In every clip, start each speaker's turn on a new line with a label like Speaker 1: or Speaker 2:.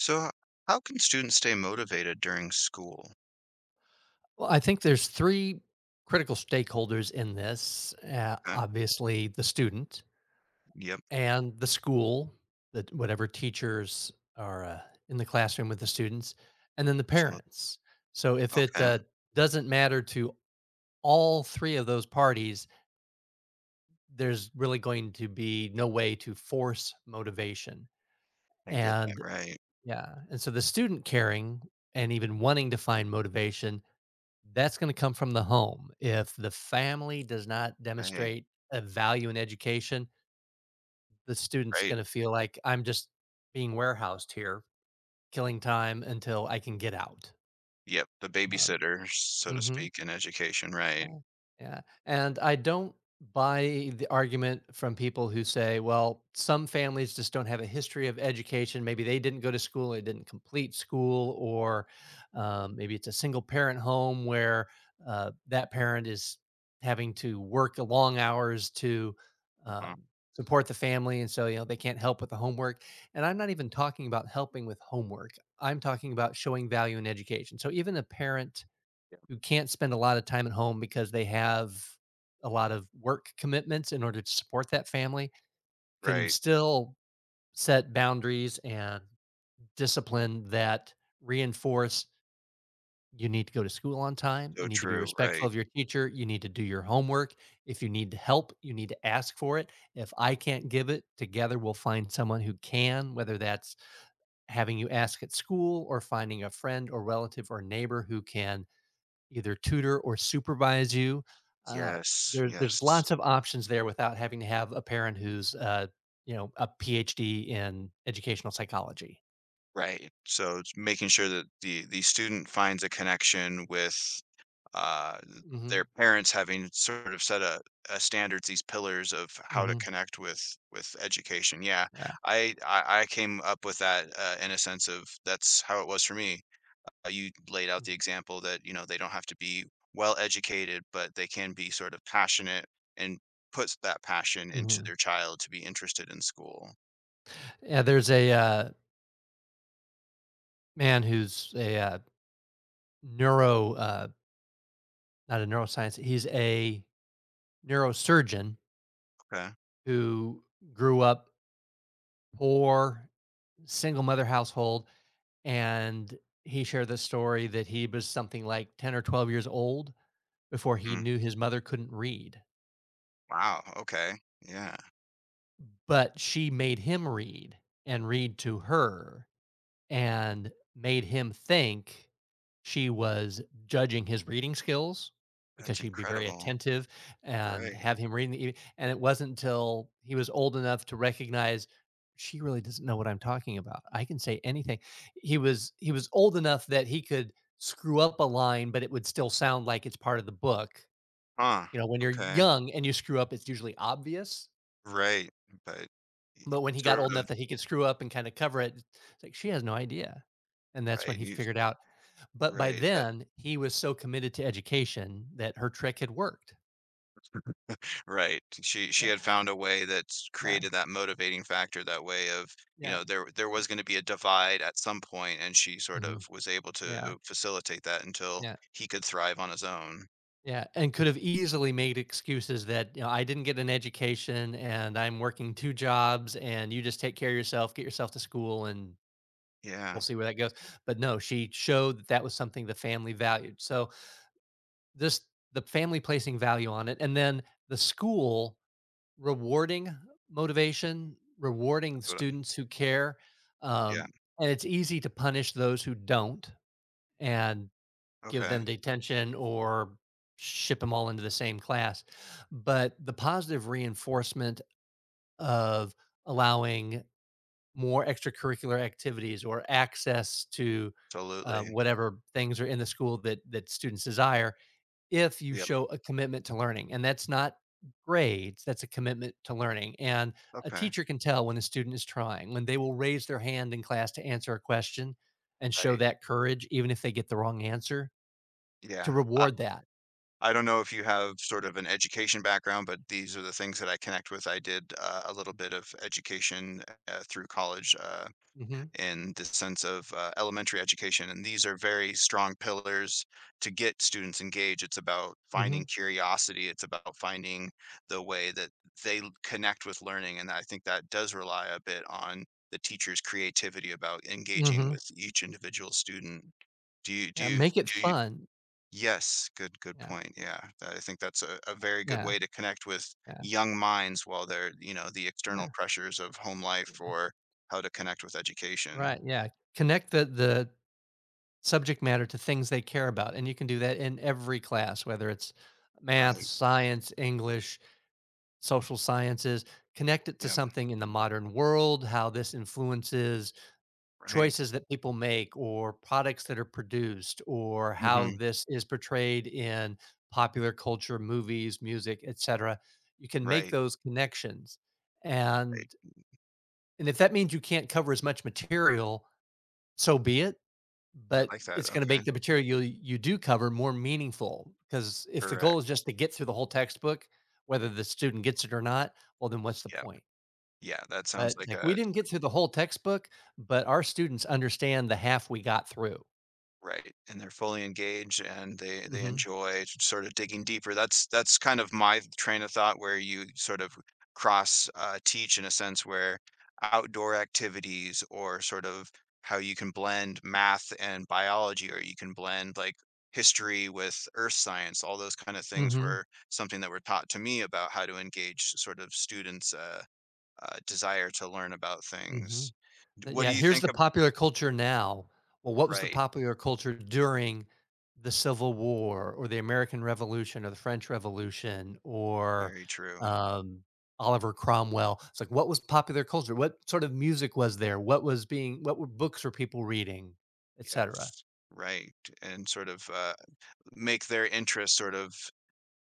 Speaker 1: So, how can students stay motivated during school?
Speaker 2: Well, I think there's 3 critical stakeholders in this. Uh,
Speaker 1: Okay.
Speaker 2: obviously, the student
Speaker 1: Yep.
Speaker 2: and the school, that whatever teachers are, in the classroom with the students, and then the
Speaker 1: absolute-
Speaker 2: parents. So if it,
Speaker 1: Okay.
Speaker 2: doesn't matter to all 3 of those parties, there's really going to be no way to force motivation.
Speaker 1: I get that.
Speaker 2: And,
Speaker 1: Right.
Speaker 2: yeah, and so the student caring and even wanting to find motivation, that's gonna come from the home. If the family does not
Speaker 1: Right.
Speaker 2: demonstrate a value in education, the student's
Speaker 1: Right.
Speaker 2: gonna feel like, "I'm just being warehoused here, killing time until I can get out."
Speaker 1: Yep. The
Speaker 2: Um
Speaker 1: babysitter, so to
Speaker 2: mhm.
Speaker 1: speak, in education. Right.
Speaker 2: Yeah, yeah, and I don't buy the argument from people who say, well, some families just don't have a history of education. Maybe they didn't go to school, they didn't complete school, or maybe it's a single parent home where that parent is having to work long hours to
Speaker 1: uh
Speaker 2: um, support the family. And so, you know, they can't help with the homework. And I'm not even talking about helping with homework, I'm talking about showing value in education. So even a parent
Speaker 1: Yep.
Speaker 2: who can't spend a lot of time at home because they have a lot of work commitments in order to support that family can
Speaker 1: Right.
Speaker 2: still set boundaries and discipline that reinforce you need to go to school on time, you
Speaker 1: So
Speaker 2: need to be
Speaker 1: true.
Speaker 2: respectful
Speaker 1: Right.
Speaker 2: of your teacher, you need to do your homework. If you need help, you need to ask for it. If I can't give it, together we'll find someone who can, whether that's having you ask at school or finding a friend or relative or neighbor who can either tutor or supervise you. Uh,
Speaker 1: Yes.
Speaker 2: there's
Speaker 1: Yes.
Speaker 2: lots of options there without having to have a parent who's you know, a PhD in educational psychology.
Speaker 1: Right. So it's making sure that the student finds a connection with uh, their
Speaker 2: Hmm.
Speaker 1: parents having sort of set a standards, these pillars of how to
Speaker 2: Hmm.
Speaker 1: connect with education. Yeah,
Speaker 2: Yeah.
Speaker 1: I came up with that in a sense of that's how it was for me. You laid out the example that you know they don't have to be well educated, but they can be sort of passionate and puts that passion into
Speaker 2: Hmm.
Speaker 1: their child to be interested in school.
Speaker 2: Yeah. There's a man who's a neuro not a neuroscience. He's a neurosurgeon
Speaker 1: Okay.
Speaker 2: who grew up poor, single mother household, and he shared the story that he was something like 10 or 12 years old before he
Speaker 1: Mm.
Speaker 2: knew his mother couldn't read,
Speaker 1: Wow. Okay. Yeah.
Speaker 2: but she made him read and read to her and made him think she was judging his reading skills because
Speaker 1: That's
Speaker 2: she'd be very
Speaker 1: incredible.
Speaker 2: attentive and
Speaker 1: Right.
Speaker 2: have him reading and it wasn't until he was old enough to recognize she really doesn't know what I'm talking about. I can say anything. He was old enough that he could screw up a line, but it would still sound like it's part of the book.
Speaker 1: Huh.
Speaker 2: You know, when you're
Speaker 1: Okay.
Speaker 2: young and you screw up, it's usually obvious,
Speaker 1: Right. But y-
Speaker 2: but when he got
Speaker 1: sort
Speaker 2: old
Speaker 1: of
Speaker 2: enough that he could screw up and kinda cover it, it's like, "She has no idea," and that's when
Speaker 1: right.
Speaker 2: he
Speaker 1: You
Speaker 2: figured out, but by
Speaker 1: right. That
Speaker 2: then, he was so committed to education that her trick had worked.
Speaker 1: right. She
Speaker 2: Yeah,
Speaker 1: had found a way that's
Speaker 2: yeah,
Speaker 1: created that motivating factor, that way of, you
Speaker 2: yeah,
Speaker 1: know, there was going to be a divide at some point, and she sort of
Speaker 2: mhm,
Speaker 1: was able
Speaker 2: yeah,
Speaker 1: to facilitate that until
Speaker 2: yeah,
Speaker 1: he could thrive on his own.
Speaker 2: yeah, and could have easily made excuses that, you know, "I didn't get an education, and I'm working 2 jobs, and you just take care of yourself, get yourself to school, and we'll
Speaker 1: Yeah.
Speaker 2: see where that goes," but no, she showed that that was something the family valued. So, this, the family placing value on it, and then the school rewarding motivation, rewarding
Speaker 1: But
Speaker 2: students who care,
Speaker 1: yeah.
Speaker 2: um, and it's easy to punish those who don't and give
Speaker 1: Okay.
Speaker 2: them detention or ship them all into the same class. But the positive reinforcement of allowing more extracurricular activities or access to
Speaker 1: Absolutely.
Speaker 2: whatever things are in the school that students desire if you
Speaker 1: Yep.
Speaker 2: show a commitment to learning, and that's not grades, that's a commitment to learning. And a
Speaker 1: Okay.
Speaker 2: teacher can tell when a student is trying, when they will raise their hand in class to answer a question and show
Speaker 1: Right.
Speaker 2: that courage, even if they get the wrong answer, to
Speaker 1: Yeah.
Speaker 2: reward that.
Speaker 1: I don't know if you have sort of an education background, but these are the things that I connect with. I did a little bit of education through college
Speaker 2: Mhm.
Speaker 1: in the sense of elementary education, and these are very strong pillars to get students engaged. It's about finding
Speaker 2: Mhm.
Speaker 1: curiosity, it's about finding the way that they connect with learning. And I think that does rely a bit on the teacher's creativity about engaging
Speaker 2: Mhm.
Speaker 1: with each individual student. Do you do
Speaker 2: Yeah,
Speaker 1: you
Speaker 2: make it
Speaker 1: do you
Speaker 2: fun.
Speaker 1: Yes, good good
Speaker 2: Yeah,
Speaker 1: point, yeah. That I think that's a very good
Speaker 2: yeah,
Speaker 1: way to connect with
Speaker 2: yeah,
Speaker 1: young minds while they're you know, the external
Speaker 2: yeah.
Speaker 1: pressures of home life or how to connect with education.
Speaker 2: Right, yeah. Connect the subject matter to things they care about, and you can do that in every class, whether it's math,
Speaker 1: Right,
Speaker 2: science, English, social sciences. Connect it to
Speaker 1: yep,
Speaker 2: something in the modern world, how this influences
Speaker 1: right.
Speaker 2: choices that people make or products that are produced or how
Speaker 1: Mhm,
Speaker 2: this is portrayed in popular culture, movies, music, etc. You can make
Speaker 1: right,
Speaker 2: those connections.
Speaker 1: right.
Speaker 2: And and if that means you can't cover as much material, so be it,
Speaker 1: I
Speaker 2: but
Speaker 1: like that,
Speaker 2: it's going to
Speaker 1: okay.
Speaker 2: make the material you do cover more meaningful, because if the goal
Speaker 1: Correct,
Speaker 2: is just to get through the whole textbook, whether the student gets it or not, well, then what's the
Speaker 1: yep.
Speaker 2: point?
Speaker 1: Yeah, that sounds
Speaker 2: But,
Speaker 1: like
Speaker 2: like, we
Speaker 1: a
Speaker 2: didn't get through the whole textbook, but our students understand the half we got through.
Speaker 1: Right, and they're fully engaged and they
Speaker 2: Mhm.
Speaker 1: enjoy sort of digging deeper. That's kind of my train of thought where you sort of cross teach in a sense where outdoor activities or sort of how you can blend math and biology or you can blend like history with earth science, all those kind of things
Speaker 2: Mhm.
Speaker 1: were something that were taught to me about how to engage sort of students' desire to learn about things.
Speaker 2: Mhm. But,
Speaker 1: What do
Speaker 2: yeah,
Speaker 1: you
Speaker 2: here's
Speaker 1: think
Speaker 2: the
Speaker 1: of?
Speaker 2: popular culture now. Well, what was the
Speaker 1: Right,
Speaker 2: popular culture during the Civil War or the American Revolution or the French Revolution or,
Speaker 1: very true.
Speaker 2: um, Oliver Cromwell? It's like, what was popular culture? What sort of music was there? What was being what were books were people reading, etcetera?
Speaker 1: Yes, right, and sort of, make their interests sort of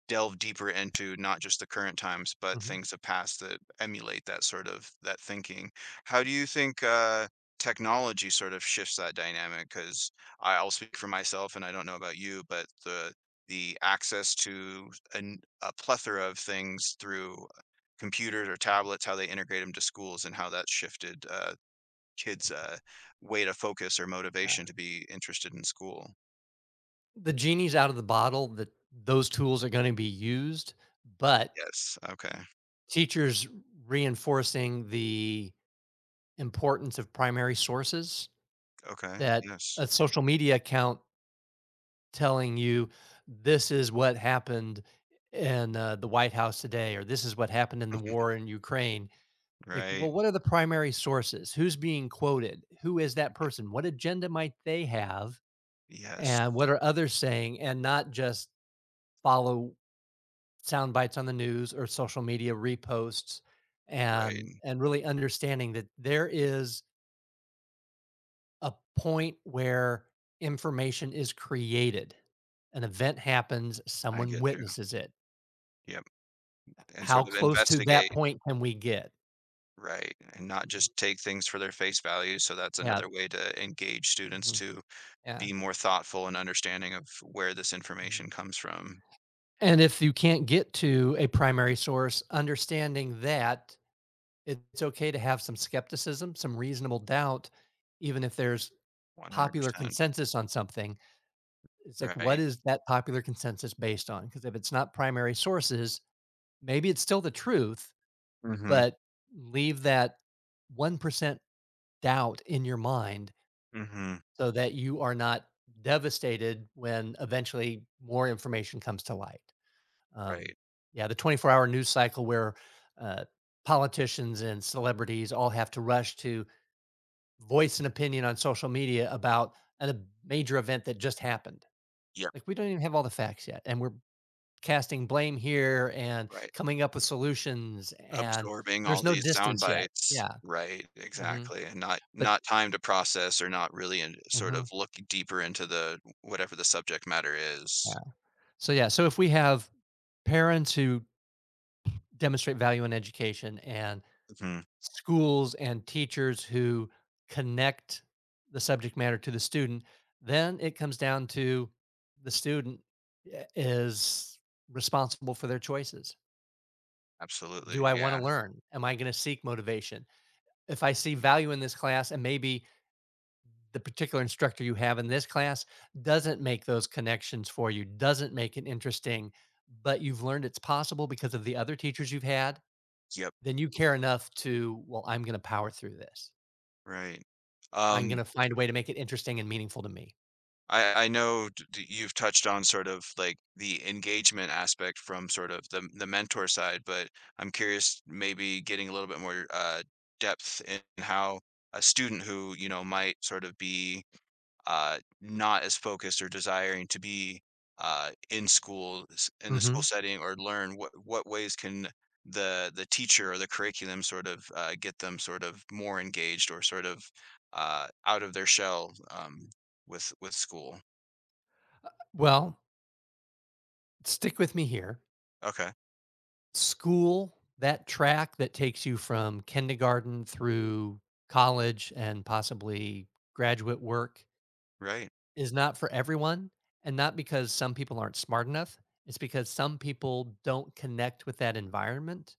Speaker 1: delve deeper into not just the current times, but
Speaker 2: Mhm.
Speaker 1: things of past that emulate that sort of that thinking. How do you think, technology sort of shifts that dynamic? Because I'll speak for myself, and I don't know about you, but the access to an a plethora of things through computers or tablets, how they integrate them to schools and how that shifted, kids, way to focus or motivation to be interested in school.
Speaker 2: The genie's out of the bottle that those tools are gonna be used, but
Speaker 1: Yes. Okay.
Speaker 2: teachers reinforcing the importance of primary sources,
Speaker 1: Okay.
Speaker 2: that
Speaker 1: Yes.
Speaker 2: a social media account telling you, "This is what happened in, the White House today," or, "This is what happened in the war in Ukraine." Like,
Speaker 1: Right.
Speaker 2: well, what are the primary sources? Who's being quoted? Who is that
Speaker 1: Yeah.
Speaker 2: person? What agenda might they have?
Speaker 1: Yes.
Speaker 2: And what are others saying? And not just follow sound bites on the news or social media reposts, and
Speaker 1: Right.
Speaker 2: and really understanding that there is a point where information is created, an event happens,
Speaker 1: I
Speaker 2: someone
Speaker 1: get you.
Speaker 2: witnesses it.
Speaker 1: Yep. And
Speaker 2: How
Speaker 1: sort of
Speaker 2: close to that
Speaker 1: investigate.
Speaker 2: point can we get?
Speaker 1: Right. And not
Speaker 2: Mhm.
Speaker 1: just take things for their face value. So that's
Speaker 2: Yeah.
Speaker 1: another way to engage students
Speaker 2: Mhm.
Speaker 1: to
Speaker 2: Yeah.
Speaker 1: be more thoughtful and understanding of where this
Speaker 2: Mhm.
Speaker 1: information comes from.
Speaker 2: And if you can't get to a primary source, understanding that it's okay to have some skepticism, some reasonable doubt, even if there's popular
Speaker 1: 100%.
Speaker 2: consensus on something. It's like, what
Speaker 1: Right.
Speaker 2: is that popular consensus based on? Because if it's not primary sources, maybe it's still the truth,
Speaker 1: Mm-hmm.
Speaker 2: but leave that 1% doubt in your mind
Speaker 1: Mm-hmm.
Speaker 2: so that you are not devastated when eventually more information comes to light. Um,
Speaker 1: Right.
Speaker 2: yeah, the 24-hour news cycle where uh, politicians and celebrities all have to rush to voice an opinion on social media about a major event that just happened.
Speaker 1: Yep.
Speaker 2: Like, we don't even have all the facts yet, and we're casting blame here and
Speaker 1: Right.
Speaker 2: coming up with solutions, and
Speaker 1: Absorbing
Speaker 2: there's
Speaker 1: all
Speaker 2: no
Speaker 1: these sound
Speaker 2: distance yet.
Speaker 1: bites.
Speaker 2: Yeah,
Speaker 1: Right,
Speaker 2: mhm.
Speaker 1: exactly, and not
Speaker 2: But,
Speaker 1: not time to process or not really and sort of
Speaker 2: mhm,
Speaker 1: look deeper into the whatever the subject matter
Speaker 2: yeah.
Speaker 1: is.
Speaker 2: So, yeah, so if we have parents who demonstrate value in education and
Speaker 1: Mhm,
Speaker 2: schools and teachers who connect the subject matter to the student, then it comes down to the student, I is responsible for their choices.
Speaker 1: absolutely,
Speaker 2: Do I
Speaker 1: yeah.
Speaker 2: wanna learn? Am I gonna seek motivation? If I see
Speaker 1: Yep,
Speaker 2: value in this class, and maybe the particular instructor you have in this class doesn't make those connections for you, doesn't make it interesting, but you've learned it's possible because of the other teachers you've had,
Speaker 1: yep,
Speaker 2: then you care enough to, well, I'm going to power through this.
Speaker 1: right.
Speaker 2: I'm
Speaker 1: Um,
Speaker 2: going to find a way to make it interesting and meaningful to me.
Speaker 1: I know d d you've touched on sort of, like, the engagement aspect from sort of the mentor side, but I'm curious maybe getting a little bit more, depth in how a student who, you know, might sort of be not as focused or desiring to be in school in the
Speaker 2: Hmm.
Speaker 1: school setting or learn what ways can the teacher or the curriculum sort of get them sort of more engaged or sort of out of their shell with school
Speaker 2: Well, stick with me here.
Speaker 1: okay
Speaker 2: School, that track that takes you from kindergarten through college and possibly graduate work,
Speaker 1: right
Speaker 2: is not for everyone, and not because some people aren't smart enough. It's because some people don't connect with that environment.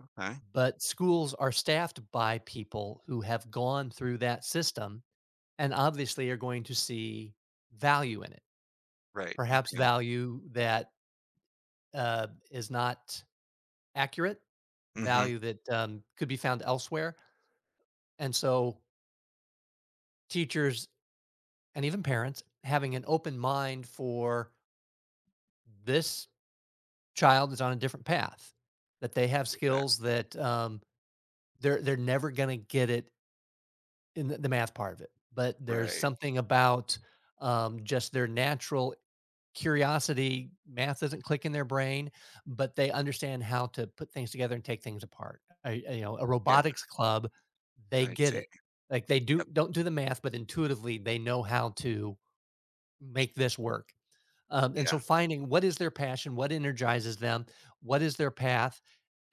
Speaker 1: okay
Speaker 2: But schools are staffed by people who have gone through that system and obviously are going to see value in it,
Speaker 1: right
Speaker 2: perhaps
Speaker 1: okay
Speaker 2: value that is not accurate,
Speaker 1: mm-hmm.
Speaker 2: value that could be found elsewhere. And so, teachers and even parents having an open mind for this child is on a different path, that they have
Speaker 1: that
Speaker 2: skills, that they're never gonna get it in the math part of it. But there's
Speaker 1: right
Speaker 2: something about, just their natural curiosity. Math doesn't click in their brain, but they understand how to put things together and take things apart. You know, a
Speaker 1: yeah
Speaker 2: robotics club, they
Speaker 1: I
Speaker 2: get
Speaker 1: see
Speaker 2: it. Like, they do
Speaker 1: yep
Speaker 2: don't do the math, but intuitively they know how to make this work, and
Speaker 1: yeah
Speaker 2: so finding what is their passion, what energizes them, what is their path,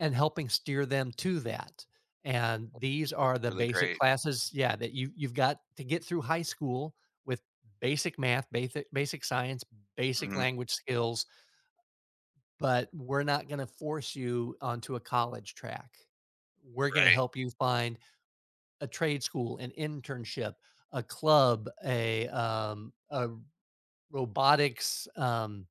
Speaker 2: and helping steer them to that. And these
Speaker 1: that's
Speaker 2: are the
Speaker 1: really
Speaker 2: basic
Speaker 1: great
Speaker 2: classes, yeah, that you've got to get through high school with basic math, basic science,
Speaker 1: mm
Speaker 2: basic
Speaker 1: hmm
Speaker 2: language skills, but we're not going to force you onto a college track. We're going to
Speaker 1: right
Speaker 2: help you find a trade school, an internship, a club, a robotics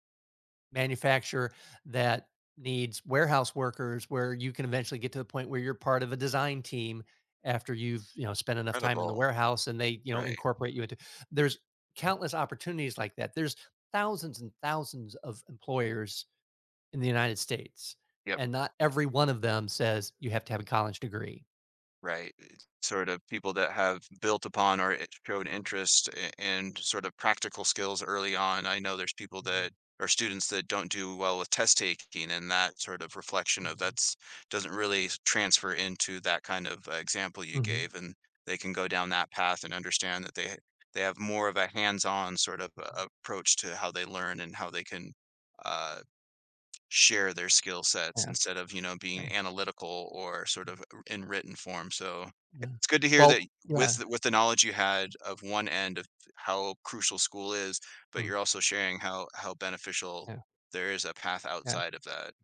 Speaker 2: manufacturer that needs warehouse workers, where you can eventually get to the point where you're part of a design team after you've, you know, spent enough time in the
Speaker 1: incredible
Speaker 2: warehouse and they, you know,
Speaker 1: right
Speaker 2: incorporate you into. There's countless opportunities like that. There's thousands and thousands of employers in the United States,
Speaker 1: yep
Speaker 2: and not every one of them says you have to have a college degree.
Speaker 1: Right, it's sort of people that have built upon or it showed interest a and sort of practical skills early on. I know there's people
Speaker 2: Mhm.
Speaker 1: that are students that don't do well with test taking and that sort of reflection of
Speaker 2: Mhm.
Speaker 1: that's doesn't really s transfer into that kind of example you
Speaker 2: Mhm. Mhm.
Speaker 1: gave, and they can go down that path and understand that they have more of a hands-on sort of a
Speaker 2: Mhm.
Speaker 1: approach to how they learn and how they can, uh share their skill sets
Speaker 2: Yeah.
Speaker 1: instead of, you know,
Speaker 2: Yeah.
Speaker 1: being analytical or sort of in written form. So
Speaker 2: Yeah.
Speaker 1: it's good to hear
Speaker 2: Well,
Speaker 1: that
Speaker 2: yeah.
Speaker 1: with the knowledge you had of one end of how crucial school is, but
Speaker 2: Mm,
Speaker 1: you're also sharing how beneficial
Speaker 2: yeah.
Speaker 1: there is a path
Speaker 2: Yeah.
Speaker 1: outside of that.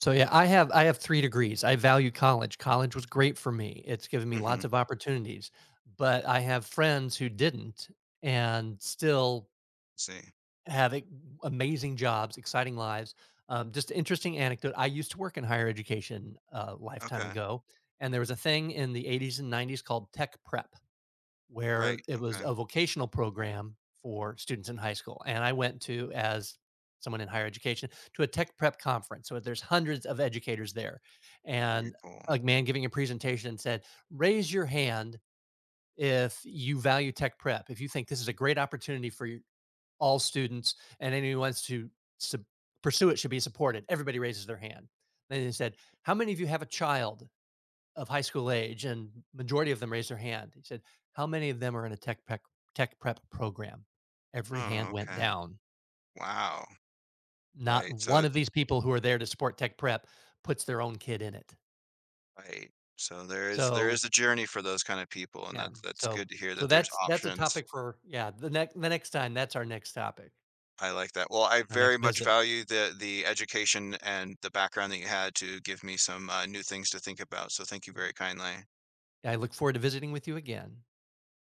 Speaker 2: So, yeah, I have 3 degrees. I value college. College was great for me. It's given me
Speaker 1: Mm-hmm.
Speaker 2: lots of opportunities, but I have friends who didn't, and still
Speaker 1: See.
Speaker 2: have a amazing jobs, exciting lives. Just an interesting anecdote. I used to work in higher education a lifetime
Speaker 1: Okay.
Speaker 2: ago, and there was a thing in the '80s and '90s called tech prep, where
Speaker 1: Right.
Speaker 2: it was
Speaker 1: Okay.
Speaker 2: a vocational program for students in high school. And I went to, as someone in higher education, to a tech prep conference. So there's hundreds of educators there.
Speaker 1: Very
Speaker 2: And
Speaker 1: cool.
Speaker 2: a man giving a presentation and said, "Raise your hand if you value tech prep, if you think this is a great opportunity for you, all students, and anyone who wants to su- pursue it should be supported." Everybody raises their hand. Then he said, "How many of you have a child of high school age?", and majority of them raised their hand. He said, "How many of them are in a tech prep program?" Every hand
Speaker 1: Oh,
Speaker 2: went
Speaker 1: okay.
Speaker 2: down.
Speaker 1: Wow.
Speaker 2: Not
Speaker 1: Right.
Speaker 2: one
Speaker 1: So
Speaker 2: of these people who are there to support tech prep puts their own kid in it.
Speaker 1: right. So there
Speaker 2: So,
Speaker 1: is a journey for those kind of people, and
Speaker 2: yeah,
Speaker 1: that's
Speaker 2: so
Speaker 1: good to hear
Speaker 2: so
Speaker 1: that there's
Speaker 2: that's a
Speaker 1: options.
Speaker 2: topic for, yeah, the next time. That's our next topic,
Speaker 1: I like that. Well, I
Speaker 2: our next
Speaker 1: very much
Speaker 2: visit.
Speaker 1: value the education and the background that you had to give me some, new things to think about, so thank you
Speaker 2: Mhm.
Speaker 1: very kindly.
Speaker 2: I look forward to visiting with you again.